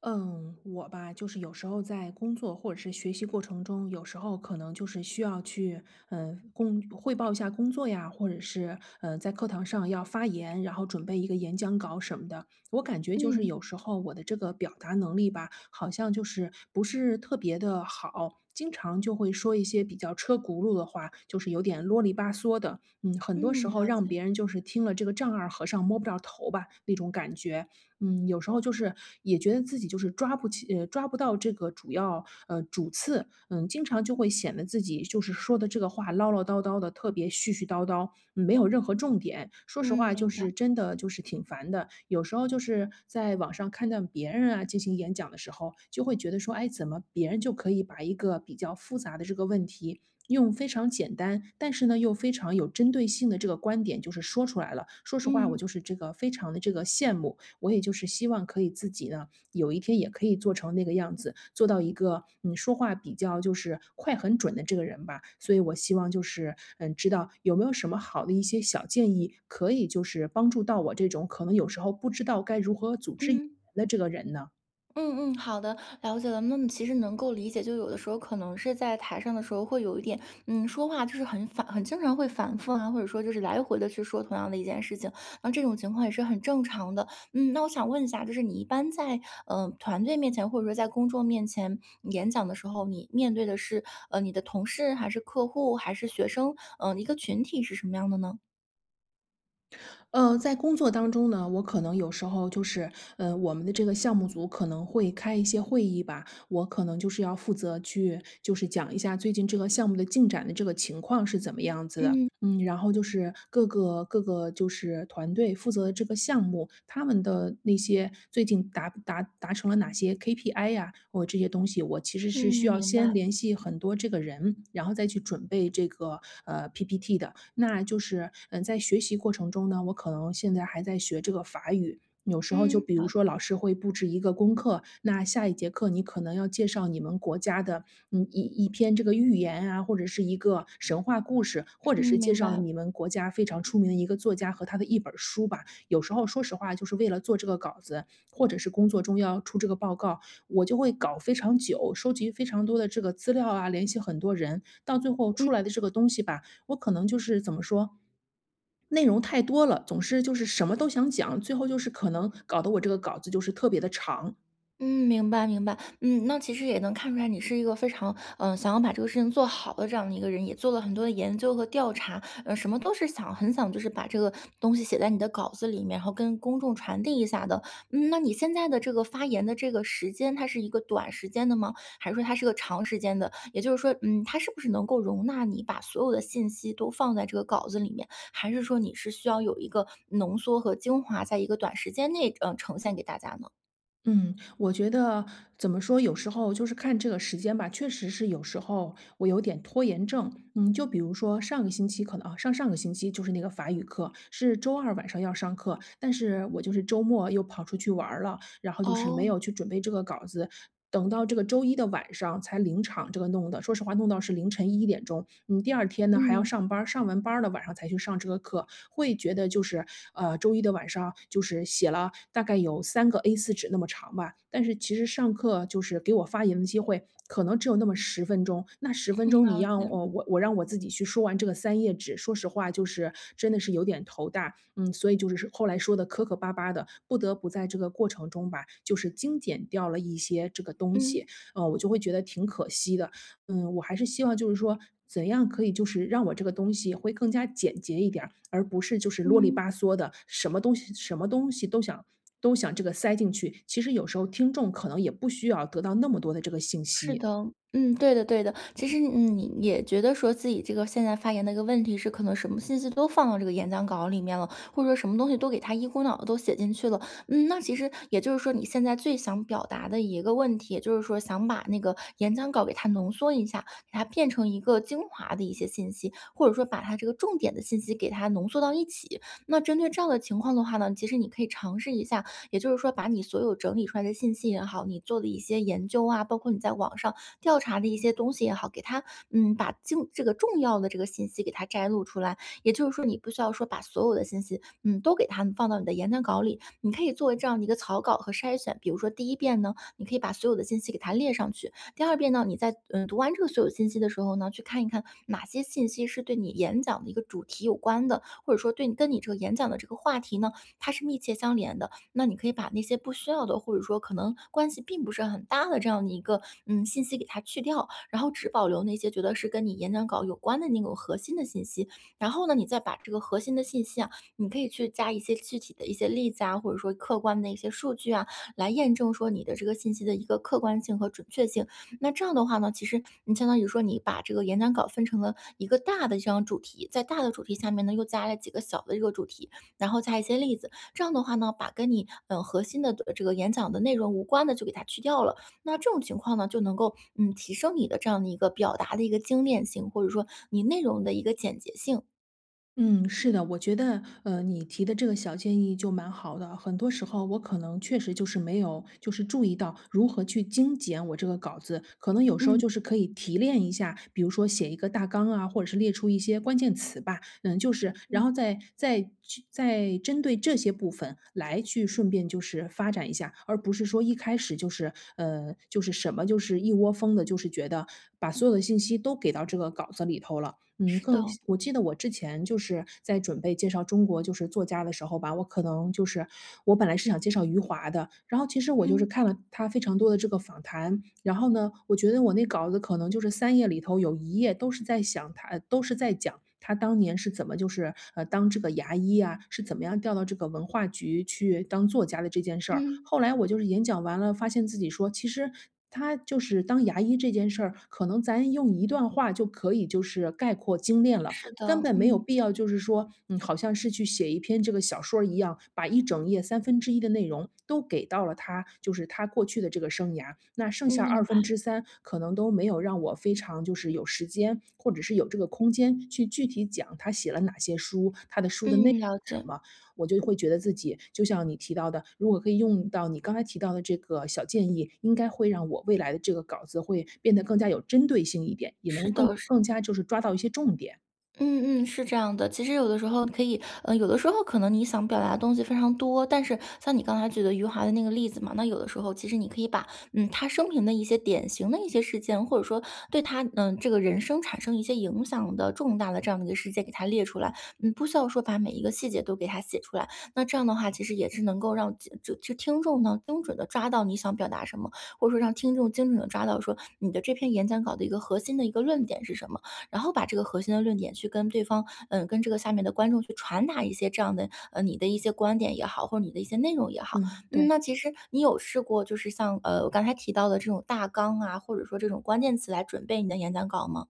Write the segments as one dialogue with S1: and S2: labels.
S1: 嗯，我吧，就是有时候在工作或者是学习过程中，有时候可能就是需要去，工汇报一下工作呀，或者是在课堂上要发言，然后准备一个演讲稿什么的。我感觉就是
S2: 嗯，
S1: 有时候我的这个表达能力吧，好像就是不是特别的好，经常就会说一些比较车轱辘的话，就是有点啰里吧嗦的。嗯，很多时
S2: 嗯，
S1: 候
S2: 了
S1: 让
S2: 解，
S1: 别人就是听了这个丈二和尚摸不着头吧那种感觉。嗯，有时候就是也觉得自己就是抓不起，抓不到这个主要，主次，嗯，经常就会显得自己就是说的这个话唠唠叨叨的，特别絮絮叨叨，没有任何重点。说实
S2: 嗯，
S1: 话，就
S2: 明白，
S1: 是真的就是挺烦的。有时候就是在网上看到别人啊进行演讲的时候，就会觉得说，哎，怎么别人就可以把一个比较复杂的这个问题。用非常简单，但是呢又非常有针对性的这个观点，就是说出来了。说实话，我就
S2: 嗯，
S1: 是这个非常的这个羡慕，我也就是希望可以自己呢，有一天也可以做成那个样子，做到一个嗯说话比较就是快很准的这个人吧。所以我希望就是嗯，知道有没有什么好的一些小建议，可以就是帮助到我这种可能有时候不知道该如何组织语言
S2: 嗯，
S1: 的这个人呢？
S2: 嗯嗯，好的，了解了。那么其实能够理解，就有的时候可能是在台上的时候会有一点，说话就是很反，很经常会反复啊，或者说就是来回的去说同样的一件事情，那这种情况也是很正常的。嗯，那我想问一下，就是你一般在团队面前，或者说在公众面前演讲的时候，你面对的是你的同事，还是客户，还是学生，一个群体是什么样的呢？
S1: 在工作当中呢，我可能有时候就是，我们的这个项目组可能会开一些会议吧，我可能就是要负责去，就是讲一下最近这个项目的进展的这个情况是怎么样子的，
S2: 嗯
S1: 嗯，然后就是各个就是团队负责的这个项目，他们的那些最近达成了哪些 KPI 呀，或这些东西，我其实是需
S2: 嗯，
S1: 要
S2: 明
S1: 先
S2: 白，
S1: 联系很多这个人，然后再去准备这个PPT 的。那就是嗯，在学习过程中呢，我可能现在还在学这个法语。有时候就
S2: 嗯，
S1: 比如
S2: 了
S1: 说老师会布置一个功课，那下一节课你可能要介绍你们国家的嗯，一篇这个寓言啊，或者是一个神话故事，或者是
S2: 嗯，
S1: 介
S2: 明
S1: 绍
S2: 白。
S1: 你们国家非常出名的一个作家和他的一本儿书吧。有时候说实话，就是为了做这个稿子，或者是工作中要出这个报告，我就会搞非常久，收集非常多的这个资料啊，联系很多人，到最后
S2: 嗯
S1: 出来的这个东西吧，我可能就是怎么说，内容太多了，总是就是什么都想讲，最后就是可能搞得我这个稿子就是特别的长。
S2: 嗯，明白明白。嗯，那其实也能看出来你是一个非常，想要把这个事情做好的这样的一个人，也做了很多的研究和调查，什么都是想很想就是把这个东西写在你的稿子里面，然后跟公众传递一下的。嗯，那你现在的这个发言的这个时间，它是一个短时间的吗？还是说它是个长时间的？也就是说，它是不是能够容纳你把所有的信息都放在这个稿子里面？还是说你是需要有一个浓缩和精华，在一个短时间内，呈现给大家呢？
S1: 嗯，我觉得怎么说，有时候就是看这个时间吧，确实是有时候我有点拖延症。嗯，就比如说上个星期可能啊，上上个星期就是那个法语课是周二晚上要上课，但是我就是周末又跑出去玩儿了，然后就是没
S2: 哦，
S1: 有去准备这个稿子，等到这个周一的晚上才临场这个弄的。说实话，弄到是凌晨一点钟，嗯，第二天呢还要
S2: 嗯，
S1: 上班上完班了晚上才去上这个课，会觉得就是，周一的晚上就是写了大概有三个 a 四纸那么长吧，但是其实上课就是给我发言的机会，可能只有那么十分钟。那十分
S2: 嗯，
S1: 钟你
S2: 了
S1: 让
S2: 解，
S1: 我我让我自己去说完这个三页纸，说实话就是真的是有点头大，嗯，所以就是后来说的磕磕巴巴的，不得不在这个过程中吧，就是精简掉了一些这个东西，
S2: 嗯，
S1: 我就会觉得挺可惜的。嗯，我还是希望就是说，怎样可以就是让我这个东西会更加简洁一点儿，而不是就是啰里
S2: 嗯，
S1: 吧嗦的，什么东西都想都想这个塞进去。其实有时候听众可能也不需要得到那么多的这个信
S2: 是
S1: 息。
S2: 的，嗯，对的，对的。其实，你也觉得说自己这个现在发言的一个问题是，可能什么信息都放到这个演讲稿里面了，或者说什么东西都给它一股脑的都写进去了。嗯，那其实也就是说，你现在最想表达的一个问题，也就是说想把那个演讲稿给它浓缩一下，给它变成一个精华的一些信息，或者说把它这个重点的信息给它浓缩到一起。那针对这样的情况的话呢，其实你可以尝试一下，也就是说，把你所有整理出来的信息也好，你做的一些研究啊，包括你在网上调查的一些东西也好，给它，把精这个重要的这个信息给它摘录出来。也就是说，你不需要说把所有的信息，都给它放到你的演讲稿里，你可以作为这样的一个草稿和筛选。比如说，第一遍呢，你可以把所有的信息给它列上去；第二遍呢，你在读完这个所有信息的时候呢，去看一看哪些信息是对你演讲的一个主题有关的，或者说对你跟你这个演讲的这个话题呢，它是密切相连的。那你可以把那些不需要的，或者说可能关系并不是很大的这样的一个信息给它去掉，然后只保留那些觉得是跟你演讲稿有关的那种核心的信息。然后呢，你再把这个核心的信息啊，你可以去加一些具体的一些例子啊，或者说客观的一些数据啊，来验证说你的这个信息的一个客观性和准确性。那这样的话呢，其实你相当于说你把这个演讲稿分成了一个大的这样主题，在大的主题下面呢，又加了几个小的这个主题，然后加一些例子。这样的话呢，把跟你核心的这个演讲的内容无关的就给它去掉了。那这种情况呢，就能够提升你的这样的一个表达的一个精炼性，或者说你内容的一个简洁性。
S1: 嗯，是的，我觉得，你提的这个小建议就蛮好的。很多时候我可能确实就是没有，就是注意到如何去精简我这个稿子。可能有时候
S2: 嗯
S1: 就是可以提炼一下，比如说写一个大纲啊，或者是列出一些关键词吧。嗯，就是然
S2: 嗯，
S1: 后再去再针对这些部分来去顺便就是发展一下，而不是说一开始就是就是什么就是一窝蜂的，就是觉得把所有的信息都给到这个稿子里头了。嗯，
S2: 是的，
S1: 更我记得我之前就是在准备介绍中国就是作家的时候吧，我可能就是我本来是想介绍余华的，然后其实我就是
S2: 嗯
S1: 看了他非常多的这个访谈，然后呢，我觉得我那稿子可能就是三页里头有一页都是在想他，都是在讲他当年是怎么就是当这个牙医啊，是怎么样调到这个文化局去当作家的这件事儿。
S2: 嗯，
S1: 后来我就是演讲完了，发现自己说，其实他就是当牙医这件事儿，可能咱用一段话就可以就是概括精炼了，
S2: 是的，
S1: 根本没有
S2: 嗯
S1: 必要就是说，嗯，好像是去写一篇这个小说儿一样，把一整页三分之一的内容都给到了他，就是他过去的这个生涯，那剩
S2: 嗯，
S1: 下二
S2: 明白，
S1: 分之三可能都没有让我非常就是有时间，或者是有这个空间去具体讲他写了哪些书，他的书的内容
S2: 嗯，了
S1: 是什
S2: 解，
S1: 么。我就会觉得自己就像你提到的，如果可以用到你刚才提到的这个小建议，应该会让我未来的这个稿子会变得更加有针对性一点，也
S2: 是
S1: 能更
S2: 的，是。
S1: 更加就是抓到一些重点。
S2: 嗯嗯，是这样的。其实有的时候可以，有的时候可能你想表达的东西非常多，但是像你刚才举的余华的那个例子嘛，那有的时候其实你可以把，他生平的一些典型的一些事件，或者说对他，这个人生产生一些影响的重大的这样的一个事件给他列出来，不需要说把每一个细节都给他写出来。那这样的话，其实也是能够让就听众呢精准的抓到你想表达什么，或者说让听众精准的抓到说你的这篇演讲稿的一个核心的一个论点是什么。然后把这个核心的论点去跟对方，跟这个下面的观众去传达一些这样的，你的一些观点也好，或者你的一些内容也好。
S1: 嗯，对。
S2: 嗯，那其实你有试过就是像，我刚才提到的这种大纲啊，或者说这种关键词来准备你的演讲稿吗？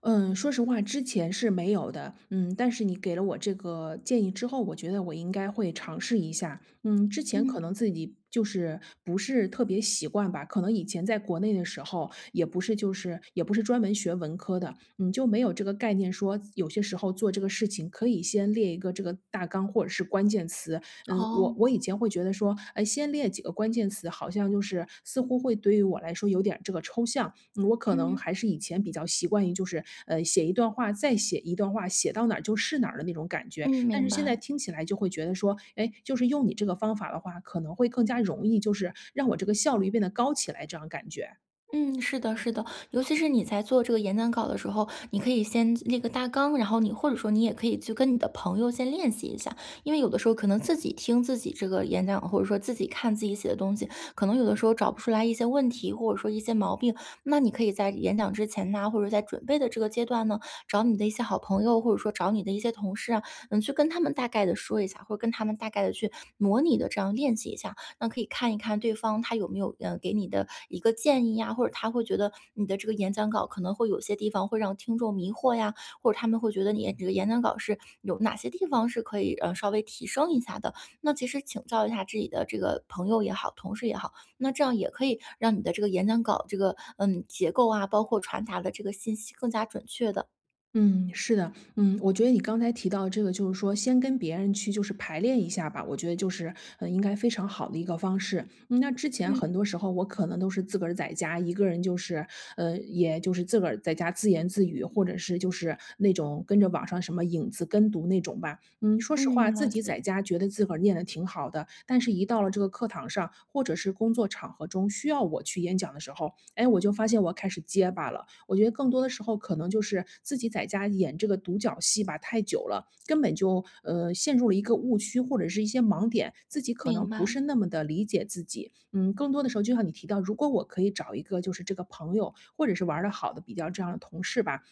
S1: 嗯，说实话，之前是没有的，嗯，但是你给了我这个建议之后，我觉得我应该会尝试一下。嗯，之前可
S2: 嗯，
S1: 能自己就是不是特别习惯吧，可能以前在国内的时候，也不是专门学文科的，嗯，就没有这个概念说，有些时候做这个事情可以先列一个这个大纲或者是关键词，嗯，我
S2: 哦，
S1: 我以前会觉得说，哎，先列几个关键词，好像就是似乎会对于我来说有点儿这个抽象。嗯我可能
S2: 嗯，
S1: 还是以前比较习惯于就是，写一段话，再写一段话，写到哪儿就是哪儿的那种感觉。
S2: 嗯，
S1: 但是
S2: 明
S1: 现
S2: 白。
S1: 在听起来就会觉得说，哎，就是用你这个方法的话，可能会更加容易，就是让我这个效率变得高起来，这样感觉。
S2: 嗯，是的，是的，尤其是你在做这个演讲稿的时候，你可以先列个大纲，然后你或者说你也可以去跟你的朋友先练习一下，因为有的时候可能自己听自己这个演讲，或者说自己看自己写的东西，可能有的时候找不出来一些问题，或者说一些毛病，那你可以在演讲之前呐、或者在准备的这个阶段呢，找你的一些好朋友，或者说找你的一些同事啊，去跟他们大概的说一下，或者跟他们大概的去模拟的这样练习一下，那可以看一看对方他有没有，给你的一个建议呀，或者他会觉得你的这个演讲稿可能会有些地方会让听众迷惑呀，或者他们会觉得你这个演讲稿是有哪些地方是可以，稍微提升一下的。那其实请教一下自己的这个朋友也好，同事也好，那这样也可以让你的这个演讲稿这个，结构啊，包括传达的这个信息更加准确的。
S1: 嗯，是的，嗯，我觉得你刚才提到这个，就是说先跟别人去就是排练一下吧，我觉得就是，应该非常好的一个方式。嗯那之前
S2: 嗯，
S1: 很多时候我可能都是自个儿在家一个人，就是，也就是自个儿在家自言自语，或者是就是那种跟着网上什么影子跟读那种吧。嗯，说实话，
S2: 嗯，
S1: 自
S2: 了
S1: 己
S2: 解，
S1: 在家觉得自个儿念的挺好的，但是一到了这个课堂上，或者是工作场合中需要我去演讲的时候，哎，我就发现我开始结巴了。我觉得更多的时候可能就是自己在家演这个独角戏吧，太久了，根本就陷入了一个误区或者是一些盲点，自己可能
S2: 明
S1: 不
S2: 白，
S1: 是那么的理解自己。嗯，更多的时候就像你提到，如果我可以找一个就是这个朋友或者是玩的好的比较这样的同事吧，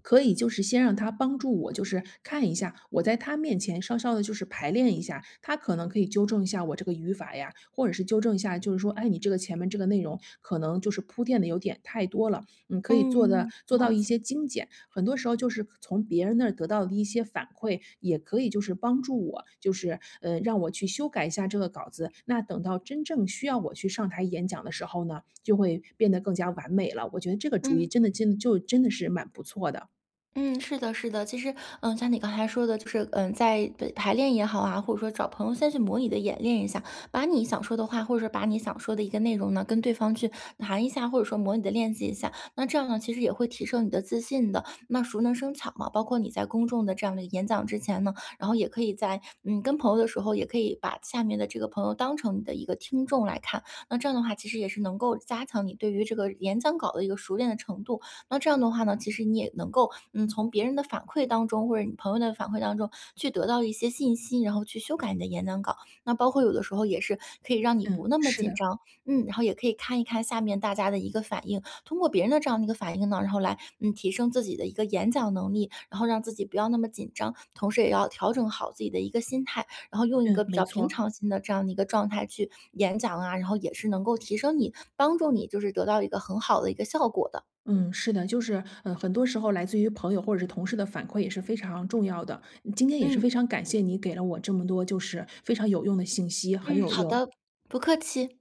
S1: 可以就是先让他帮助我，就是看一下，我在他面前稍稍的，就是排练一下，他可能可以纠正一下我这个语法呀，或者是纠正一下，就是说，哎，你这个前面这个内容可能就是铺垫的有点太多了，嗯，可以做的
S2: 嗯，
S1: 做到
S2: 了
S1: 一
S2: 解，
S1: 些精简。很多时候就是从别人那儿得到的一些反馈，也可以就是帮助我，就是，让我去修改一下这个稿子，那等到真正需要我去上台演讲的时候呢，就会变得更加完美了。我觉得这个主意
S2: 嗯。
S1: 真的是蛮不错的。
S2: 嗯，是的，是的。其实，像你刚才说的，就是在排练也好啊，或者说找朋友先去模拟的演练一下，把你想说的话，或者说把你想说的一个内容呢，跟对方去谈一下，或者说模拟的练习一下。那这样呢，其实也会提升你的自信的。那熟能生巧嘛，包括你在公众的这样的演讲之前呢，然后也可以在跟朋友的时候，也可以把下面的这个朋友当成你的一个听众来看。那这样的话，其实也是能够加强你对于这个演讲稿的一个熟练的程度。那这样的话呢，其实你也能够，从别人的反馈当中，或者你朋友的反馈当中去得到一些信息，然后去修改你的演讲稿。那包括有的时候也是可以让你不
S1: 嗯，
S2: 那么
S1: 是
S2: 紧
S1: 的，
S2: 张，然后也可以看一看下面大家的一个反应，通过别人的这样的一个反应呢，然后来，提升自己的一个演讲能力，然后让自己不要那么紧张，同时也要调整好自己的一个心态，然后用一
S1: 嗯，
S2: 个比
S1: 没
S2: 较平
S1: 错，
S2: 常心的这样的一个状态去演讲啊，然后也是能够提升你，帮助你就是得到一个很好的一个效果的。
S1: 嗯，是的，就是，很多时候来自于朋友或者是同事的反馈也是非常重要的。嗯今天也是
S2: 嗯。
S1: 非常感谢你给了我这么多，就是非常有用的信息，很
S2: 嗯，
S1: 有
S2: 好
S1: 用。
S2: 的，不客气。